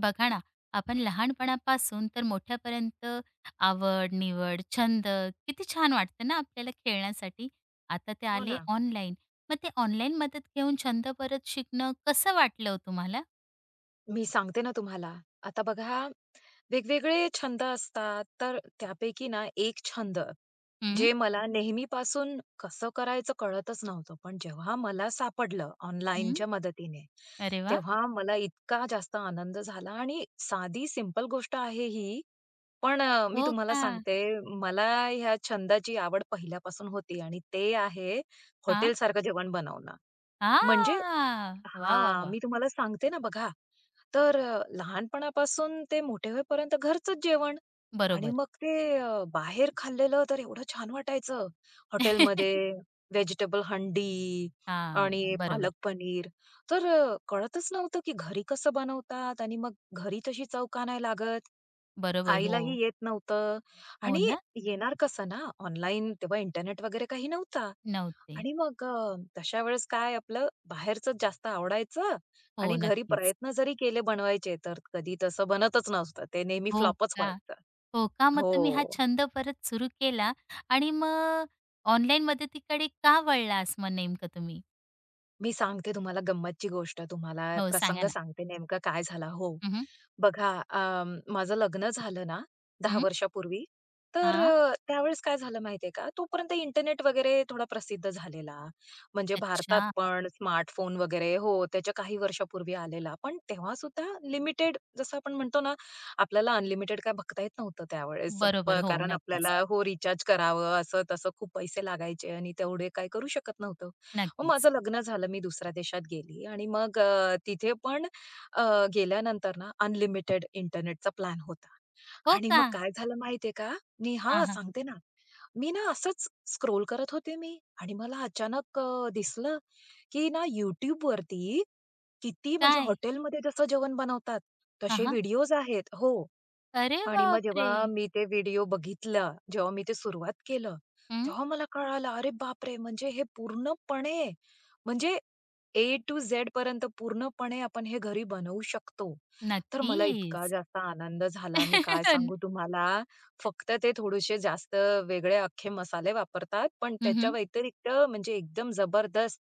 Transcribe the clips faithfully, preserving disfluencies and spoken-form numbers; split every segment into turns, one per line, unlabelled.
बघा ना, आपण लहानपणापासून तर मोठ्यापर्यंत आवड निवड छंद, किती छान वाटतं ना आपल्याला खेळण्यासाठी. आता ते
हो
आले
ना.
ऑनलाईन. मग ते ऑनलाईन मदत घेऊन छंद परत शिकणं कसं वाटलं हो तुम्हाला?
मी सांगते ना तुम्हाला. आता बघा, वेगवेगळे छंद असतात, तर त्यापैकी ना एक छंद,
हं,
जे मला नेहमीपासून कसं करायचं कळतच नव्हतं. पण जेव्हा मला सापडलं
हं,
ऑनलाईनच्या मदतीने,
अरे वा.
तेव्हा मला इतका जास्त आनंद झाला आणि साधी सिंपल गोष्ट आहे ही, पण अ, मी
हो
तुम्हाला
का?
सांगते, मला ह्या छंदाची आवड पहिल्यापासून होती आणि ते आहे
हा,
हॉटेलसारखं जेवण बनवणं. म्हणजे
हा, वा वा
हां,
वा,
मी तुम्हाला सांगते ना बघा. तर अ, लहानपणापासून ते मोठे होईपर्यंत घरचंच जेवण. आणि
बरोबर.
मग ते अ, बाहेर खाल्लेलं तर एवढं छान वाटायचं. हॉटेलमध्ये व्हेजिटेबल हंडी
हा,
आणि
बरोबर,
पालक पनीर. तर अ, कळतच नव्हतं की घरी कसं बनवतात आणि मग घरी तशी चव का नाही लागत.
बरोबर हो,
आईलाही येत नव्हतं
हो
आणि
ना,
येणार कसं ना ऑनलाईन तेव्हा इंटरनेट वगैरे काही नव्हता.
नव्हते,
आणि मग अ, तशा वेळेस काय आपलं बाहेरचंच जास्त आवडायचं
हो
आणि घरी
नक्कीच,
प्रयत्न जरी केले बनवायचे तर कधी तसं बनतच नव्हतं. ते नेहमी
हो
फ्लॉपच
का?
व्हायचं.
हो का? मग तुम्ही हा
हो.
छंद परत सुरू केला आणि मग ऑनलाईन मदतीकडे का वळलास मग नेमकं तुम्ही?
मी सांगते तुम्हाला गंमतची गोष्ट. तुम्हाला
हो, सांगा
प्रसंग
ना?
सांगते नेमकं काय झाला. हो.
हं, हं.
बघा अ, माझं लग्न झालं ना दहा
हं.
वर्षापूर्वी. तर अ, त्यावेळेस काय झालं माहितीये का, तोपर्यंत इंटरनेट वगैरे थोडा प्रसिद्ध झालेला. म्हणजे भारतात
अच्छा.
पण स्मार्टफोन वगैरे हो, त्याच्या काही वर्षापूर्वी आलेला. पण तेव्हासुद्धा लिमिटेड जसं आपण म्हणतो ना, आपल्याला अनलिमिटेड काय बघता येत नव्हतं त्यावेळेस.
बरोबर.
प
हो,
कारण
नक्कीच,
आपल्याला हो, रिचार्ज करावं असं-तसं खूप पैसे लागायचे आणि तेवढे काही करू शकत नव्हतो. मग
नक्कीच.
माझं लग्न झालं, मी दुसऱ्या देशात गेली आणि मग अ, तिथे पण अ, गेल्यानंतर ना अनलिमिटेड इंटरनेटचा प्लॅन होता.
हो
आणि
का?
मग काय झालं माहितीये का? मी
हां,
हां,
हां.
सांगते ना. मी ना असंच स्क्रोल करत होते मी आणि मला अचानक अ, दिसलं, की ना YouTubeवरती किती म्हणजे
काय?
हॉटेलमध्ये जसं जेवण बनवतात,
हां,
तसे
हां.
व्हिडिओज आहेत. हो.
अरे
आणि मग
बापरे!
जेव्हा मी ते व्हिडिओ बघितलं, जेव्हा मी ते सुरुवात केलं,
हं.
तेव्हा मला कळालं, अरे बापरे! म्हणजे हे पूर्णपणे म्हणजे ए टू झेड पर्यंत पूर्णपणे आपण हे घरी बनवू शकतो. तर मला इतका
नक्कीच.
जास्त आनंद झाला, मी काय सांगू तुम्हाला. फक्त ते थोडेसे जास्त वेगळे अख्खे मसाले वापरतात, पण
हं,
त्याच्या
हं.
व्यतिरिक्त म्हणजे एकदम जबरदस्त,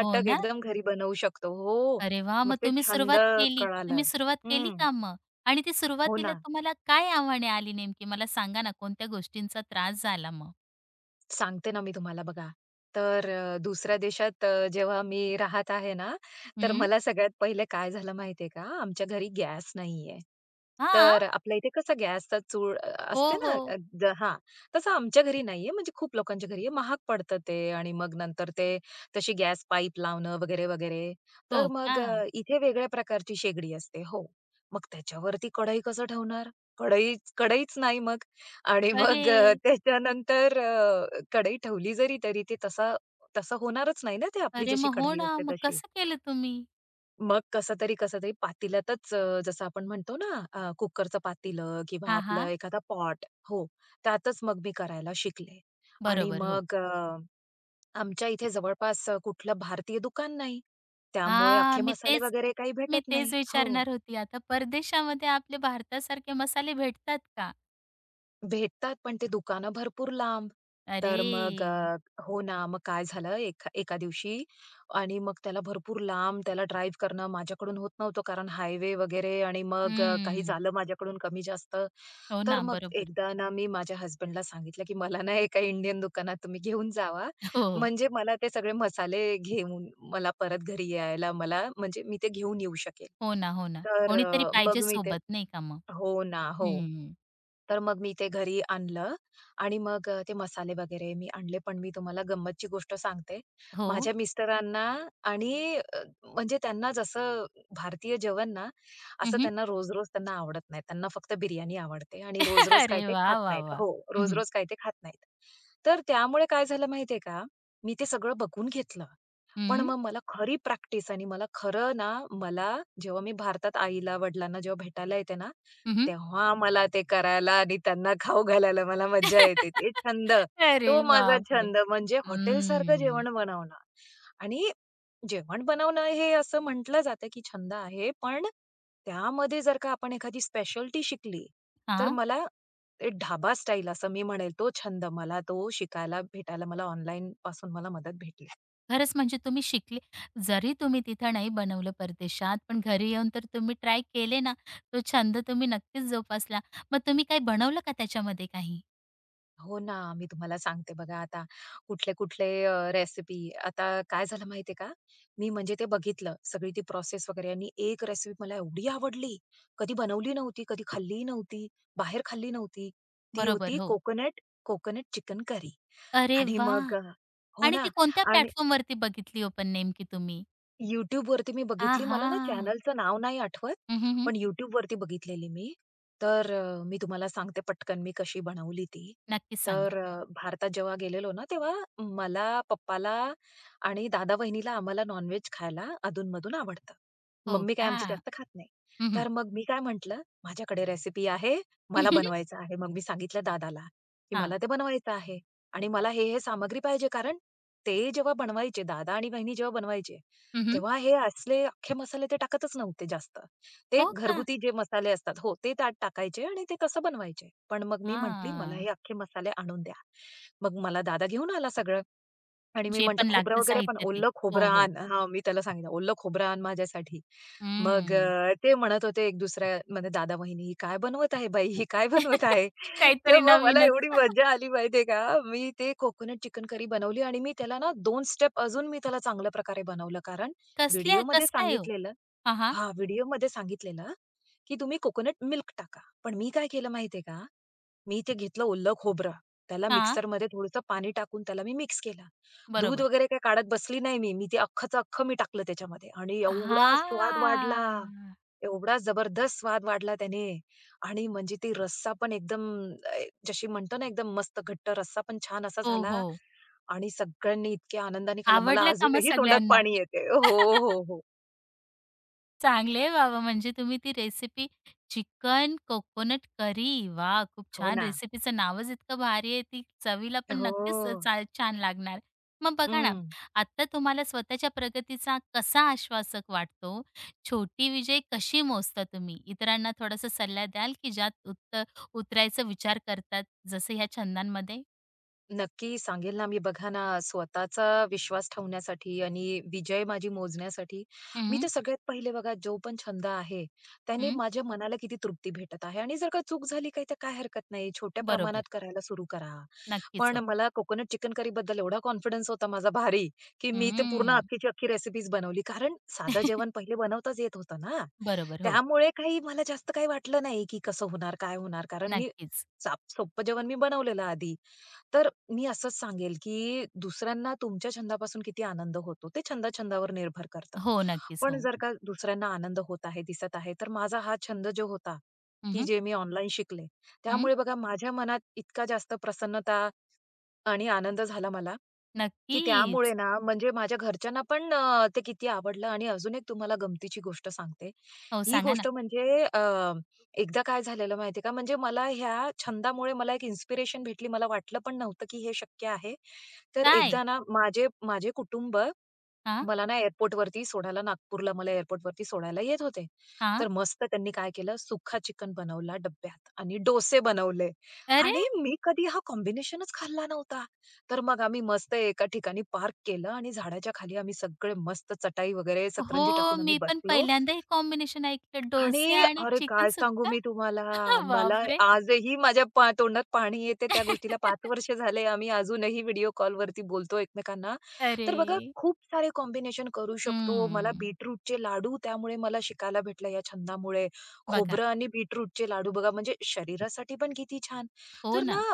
हो ना?
एकदम घरी बनवू शकतो. हो,
अरे वा,
मग
मग
ते
तुम्ही
छंद
सुरुवात केली.
कळाला.
तुम्ही सुरुवात केली
हं,
का मग? आणि ती
हो
सुरुवातीला
ना.
तुम्हाला काय आव्हाने आली नेमकी? मला सांगा ना कोणत्या गोष्टींचा त्रास झाला मग?
सांगते ना मी तुम्हाला बघा. तर अ, दुसऱ्या देशात अ, जेव्हा मी राहत आहे ना, तर मला सगळ्यात पहिले काय झालं माहिती आहे का, आमच्या घरी गॅस नाहीये.
हां.
तर आपल्या इथे कसं गॅसचा चूळ अ,
हो,
असते ना
हो.
अ, ग हां, तसं आमच्या घरी नाहीये, म्हणजे खूप लोकांच्या घरी आहे. महाग पडतं ते आणि मग नंतर ते तशी गॅस पाईप लावणं वगैरे, वगैरे.
हो
तर
का?
मग अ, इथे वेगळ्या प्रकारची शेगडी असते. हो, मग त्याच्यावरती कढई कसं ठेवणार? कढईच कढईच नाही मग आणि
अरे!
मग अ, त्याच्यानंतर कढई ठेवली जरी तरी ते तसा तसं होणारच नाही ना, ते आपली
अरे,
जशी
मग हो
कढई
ना.
असते
मग
तशी.
कसं केलं तुम्ही?
मग कसं तरी, कसं तरी पातेल्यातच अ, जसं आपण म्हणतो ना, अ, कुकरचं पातेलं किंवा
हां,
आपलं
हां.
एखादा पॉट हो, त्यातच मग मी करायला शिकले. आणि
बरोबर, हो.
मग अ, आमच्या इथे जवळपास अ, कुठलं भारतीय दुकान नाही. त्यामुळे
हां,
अख्खे
मी
मसाले
तेच
वगैरे काही
मी
भेटत
तेच
नाही. हो.
विचारणार होती. आता परदेशामध्ये आपले भारतासारखे मसाले भेटतात का?
भेटतात, पण ते दुकानं भरपूर लांब. तर मग
अरे!
अ, हो ना, मग काय झालं एका एका दिवशी आणि मग त्याला भरपूर लांब त्याला ड्राईव्ह करणं माझ्याकडून होत नव्हतं, कारण हायवे वगैरे आणि मग अ, काही
हं.
झालं माझ्याकडून कमी-जास्त.
हो
तर
ना,
मग
बरोबर.
एकदा ना मी माझ्या हसबँडला सांगितलं, की "मला ना एका इंडियन दुकानात तुम्ही घेऊन जावा,
हो, हो,
म्हणजे मला ते सगळे मसाले घेऊन मला परत घरी यायला मला म्हणजे मी ते घेऊन येऊ शकेल."
हो ना, हो ना.
तर
कोणीतरी
अ,
पाहिजे
मग मी ते
सोबत नाही का मग?
हो ना, हो.
हं.
तर मग मी ते घरी आणलं आणि मग अ, ते मसाले वगैरे मी आणले. पण मी तुम्हाला गंमतची गोष्ट सांगते.
हो.
माझ्या मिस्टरांना आणि अ, म्हणजे त्यांना जसं भारतीय जेवण ना,
हं,
असं
हं.
त्यांना रोज-रोज त्यांना आवडत नाही. त्यांना फक्त बिर्याणी आवडते आणि रोज-रोज काय
अरे
ते
वाह!
खात
वाह!
नाहीत.
वाह!
हो,
हं, हं.
रोज-रोज काय ते खात नाहीत. तर त्यामुळे काय झालं माहितीये का, मी ते सगळं बघून घेतलं. पण मग मला खरी प्रॅक्टिस आणि मला खरं ना, मला जेव्हा मी भारतात आईला-वडिलांना जेव्हा भेटायला येते ना,
हं, हं.
तेव्हा मला ते करायला आणि त्यांना खाऊ घालायला मला मज्जा येते. ते छंद,
अरे
तो माझा
बापरे!
छंद म्हणजे हॉटेलसारखं
हं.
जेवण बनवणं. आणि जेवण बनवणं हे असं म्हटलं जातं, की छंद आहे, पण त्यामध्ये जर का आपण एखादी स्पेशालिटी शिकली, तर
हां.
मला ते ढाबा स्टाईल असं मी म्हणेल, तो छंद मला तो शिकायला भेटायला मला ऑनलाईनपासून मला मदत भेटली.
खरंच म्हणजे तुम्ही शिकले, जरी तुम्ही तिथं नाही बनवलं परदेशात, पण घरी येऊन तर तुम्ही ट्राय केले ना, तो छंद तुम्ही नक्कीच जोपासला. मग तुम्ही काही बनवलं का त्याच्यामध्ये काही?
हो ना, मी तुम्हाला सांगते बघा आता कुठले-कुठले रेसिपी आता काय झालं माहिती का? मी म्हणजे ते बघितलं सगळी ती प्रोसेस वगैरे आणि एक रेसिपी मला एवढी आवडली, कधी बनवली नव्हती, कधी खाल्लीही नव्हती, बाहेर खाल्ली नव्हती. ती
बरोबर,
होती
हो.
कोकोनट कोकोनट चिकन करी
अरे
आणि
वा,
मग अ, हो
आणि ती
ना
कोणत्या
आणि
प्लॅटफॉर्मवरती बघितली हो पण नेमकी तुम्ही?
YouTube वरती मी बघितली.
आहा!
मला ना चॅनलचं नाव नाही आठवत,
हं, हं, हं.
पण YouTube वरती बघितलेली मी. तर अ, मी तुम्हाला सांगते पटकन मी कशी बनवली ती.
नक्कीच सांगा.
तर अ, भारतात जेव्हा गेलेलो ना, तेव्हा मला, पप्पाला आणि दादा-वहिनीला आम्हाला नॉन खायला अधून आवडतं.
हो
मम्मी काय
का?
आमची जास्त खात नाही.
हं, हं.
तर मग मी काय म्हटलं, "माझ्याकडे रेसिपी आहे, मला बनवायचं आहे." मग मी सांगितलं दादाला, की
हां.
"मला ते बनवायचं आहे आणि मला हे, हे सामग्री पाहिजे." कारण ते जेव्हा बनवायचे, दादा आणि वहिनी जेव्हा बनवायचे,
हं, हं.
तेव्हा हे असले अख्खे मसाले ते टाकतच नव्हते जास्त. ते
हो का?
घरगुती जे मसाले असतात हो, ते त्यात टाकायचे आणि ते तसं बनवायचे. पण मग मी म्हटली, "मला
हां.
हे अख्खे मसाले आणून द्या." मग मला दादा घेऊन आला सगळं. आणि मी
जे
म्हटलं,
पण
"खोबरं
लागतं
वगैरे पण
साहित्य ते.
ओलं
हो,
खोबरं
हो.
आण." हां, मी त्याला सांगितलं, "ओलं खोबरं आण माझ्यासाठी." मग
हं.
अ, ते म्हणत होते एक दुसऱ्या म्हणजे दादा वहिनी, "ही काय बनवत आहे बाई? ही काय बनवत आहे?"
काहीतरी
तर मग मला एवढी
नवीनच.
मज्जा आली माहितीये का? मी ते कोकोनट चिकन करी बनवली आणि मी त्याला ना दोन स्टेप अजून मी त्याला चांगल्या प्रकारे बनवलं. कारण
कसल्या
व्हिडिओमध्ये
कसं काय हो?
सांगितलेलं
हां, हां.
हां, व्हिडिओमध्ये सांगितलेलं, की तुम्ही कोकोनट मिल्क टाका. पण मी काय केलं माहितीये का? मी ते घेतलं ओलं खोबरं. त्याला
हां.
मिक्सरमध्ये थोडंसं पाणी टाकून त्याला मी मिक्स केलं. दूध
बरोबर.
वगैरे काही काढत बसली नाही मी. मी ते अख्खच्या अख्खं मी टाकलं त्याच्यामध्ये आणि एवढा स्वाद वाढला,
हां.
एवढा जबरदस्त स्वाद वाढला त्याने आणि म्हणजे ती रस्सा पण एकदम अ, जशी म्हणतो ना एकदम मस्त घट्ट रस्सा पण छान असा
हो,
झाला
हो.
आणि सगळ्यांनी इतक्या आनंदाने खाल्ला. मला
आवडलं का मग
अजूनही तोंडात
सगळ्यांना?
पाणी येते. हो, हो, हो.
चांगले आहे बाबा, म्हणजे तुम्ही ती रेसिपी चिकन कोकोनट करी. वाह! खूप
हो
छान,
ना.
रेसिपीचं नावच इतकं भारी आहे. ती चवीला पण
हो.
नक्कीच चा छान लागणार. मग बघा ना,
हं.
आत्ता तुम्हाला स्वतःच्या प्रगतीचा कसा आश्वासक वाटतो? छोटी विजय कशी मोजता तुम्ही? इतरांना थोडासा सल्ला द्याल, की ज्यात उत उतरायचा विचार करतात, जसं ह्या छंदांमध्ये?
नक्की सांगेल ना मी. बघा ना, स्वतःचा विश्वास ठेवण्यासाठी आणि विजय माझी मोजण्यासाठी, मी
हं,
तर सगळ्यात पहिले बघा जो पण छंद आहे, त्याने
हं.
माझ्या मनाला किती तृप्ती भेटत आहे आणि जर का चूक झाली काही तर काय हरकत नाही. छोट्या
बरोबर.
प्रमाणात करायला सुरू करा.
नक्कीच
पण
हो.
मला कोकोनट चिकन करीबद्दल एवढा कॉन्फिडन्स होता माझा भारी, की मी ते पूर्ण
हं.
अख्खीच्या अख्खी रेसिपीज बनवली. कारण साधं जेवण पहिले बनवताच येत होतं ना.
बरोबर. हो.
त्यामुळे काही मला जास्त काही वाटलं नाही, की कसं होणार, काय होणार? कारण मी
नक्कीच.
साप सोप्पं जेवण मी बनवलेलं आधी. तर मी असंच सांगेल, की दुसऱ्यांना तुमच्या छंदापासून किती आनंद होतो, ते छंदा-छंदावर निर्भर करतं.
हो, नक्कीच.
पण
हो.
जर का दुसऱ्यांना आनंद होत आहे, दिसत आहे, तर माझा हा छंद जो होता,
हं,
की
हं.
जे मी ऑनलाईन शिकले,
हं.
त्यामुळे बघा माझ्या मनात इतका जास्त प्रसन्नता आणि आनंद झाला मला, की त्यामुळे
नक्कीच.
ना म्हणजे माझ्या घरच्यांना पण अ, ते किती आवडलं आणि अजून एक तुम्हाला गमतीची गोष्ट सांगते.
हो,
ही
सांगा ना.
गोष्ट म्हणजे अ, एकदा काय झालेलं माहितीये का, म्हणजे मला ह्या छंदामुळे मला एक इन्स्पिरेशन भेटली. मला वाटलं पण नव्हतं की हे शक्य आहे. तर
काय?
एकदा ना माझे माझे कुटुंब
हां,
मला ना एअरपोर्टवरती सोडायला नागपूरला मला एअरपोर्टवरती सोडायला येत होते.
हां.
तर मस्त त्यांनी काय केलं सुक्का चिकन बनवला डब्यात आणि डोसे बनवले
अरे!
आणि मी कधी हा कॉम्बिनेशनच खाल्ला नव्हता. तर मग आम्ही मस्त एका ठिकाणी पार्क केलं आणि झाडाच्या खाली आम्ही सगळे मस्त चटाई वगैरे सतरंजी
हो,
टाकून आम्ही
मी पण
बसलो
पहिल्यांदा हे कॉम्बिनेशन ऐकलं, डोसे
आणि
आणि
अरे
चिकन
काय सांगू
सुक्का.
मी तुम्हाला, मला
बापरे!
आजही माझ्या पा तोंडात पाणी येते त्या गोष्टीला. पाच वर्ष झाले आम्ही अजूनही व्हिडिओ कॉलवरती बोलतो एकमेकांना.
अरे!
तर बघा खूप सारे कॉम्बिनेशन करू शकतो. मला
हं.
बीटरूटचे लाडू त्यामुळे मला शिकायला भेटलं या छंदामुळे.
बघा.
खोबरं आणि बीटरूटचे लाडू बघा म्हणजे शरीरासाठी पण किती छान.
हो
तर ना
ना.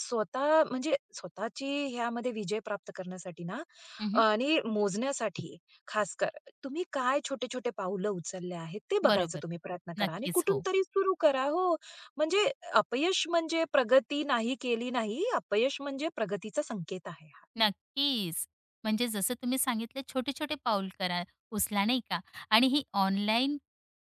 स्वतः म्हणजे स्वतःची ह्यामध्ये विजय प्राप्त करण्यासाठी ना
हं,
आणि मोजण्यासाठी खासकर तुम्ही काय छोटे-छोटे पावलं उचलले आहेत, ते बघायचा
बरोबर.
तुम्ही प्रयत्न करा आणि
नक्कीच.
कुठून
हो.
तरी सुरू करा. हो, म्हणजे अपयश म्हणजे प्रगती नाही केली नाही. अपयश म्हणजे प्रगतीचा संकेत आहे हा.
नक्कीच. म्हणजे जसं तुम्ही सांगितलं, छोटे-छोटे पाऊल करा, उचला नाही का, आणि ही ऑनलाईन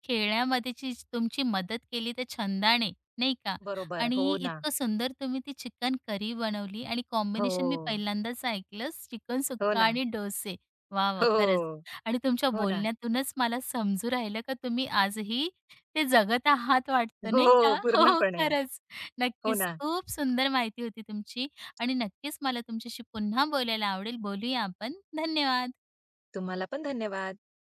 खेळण्यामध्येची तुमची मदत केली त्या छंदाने, नाही का?
बरोबर.
आणि
हो ना.
इतकं सुंदर तुम्ही ती चिकन करी बनवली आणि
हो.
कॉम्बिनेशन मी पहिल्यांदाच ऐकलं, चिकन
हो
सुक्का
ना.
आणि डोसे. वाह! वाह! खरंच.
हो.
आणि तुमच्या
हो ना.
बोलण्यातूनच मला समजू राहिलं का तुम्ही आजही ते जगत आहात वाटतं,
हो,
नाही का? हो,
पूर्णपणे.
खरंच.
हो
नक्कीच.
ना.
खूप सुंदर माहिती होती तुमची आणि नक्कीच मला तुमच्याशी पुन्हा बोलायला आवडेल. बोलूया आपण. धन्यवाद.
तुम्हाला पण धन्यवाद.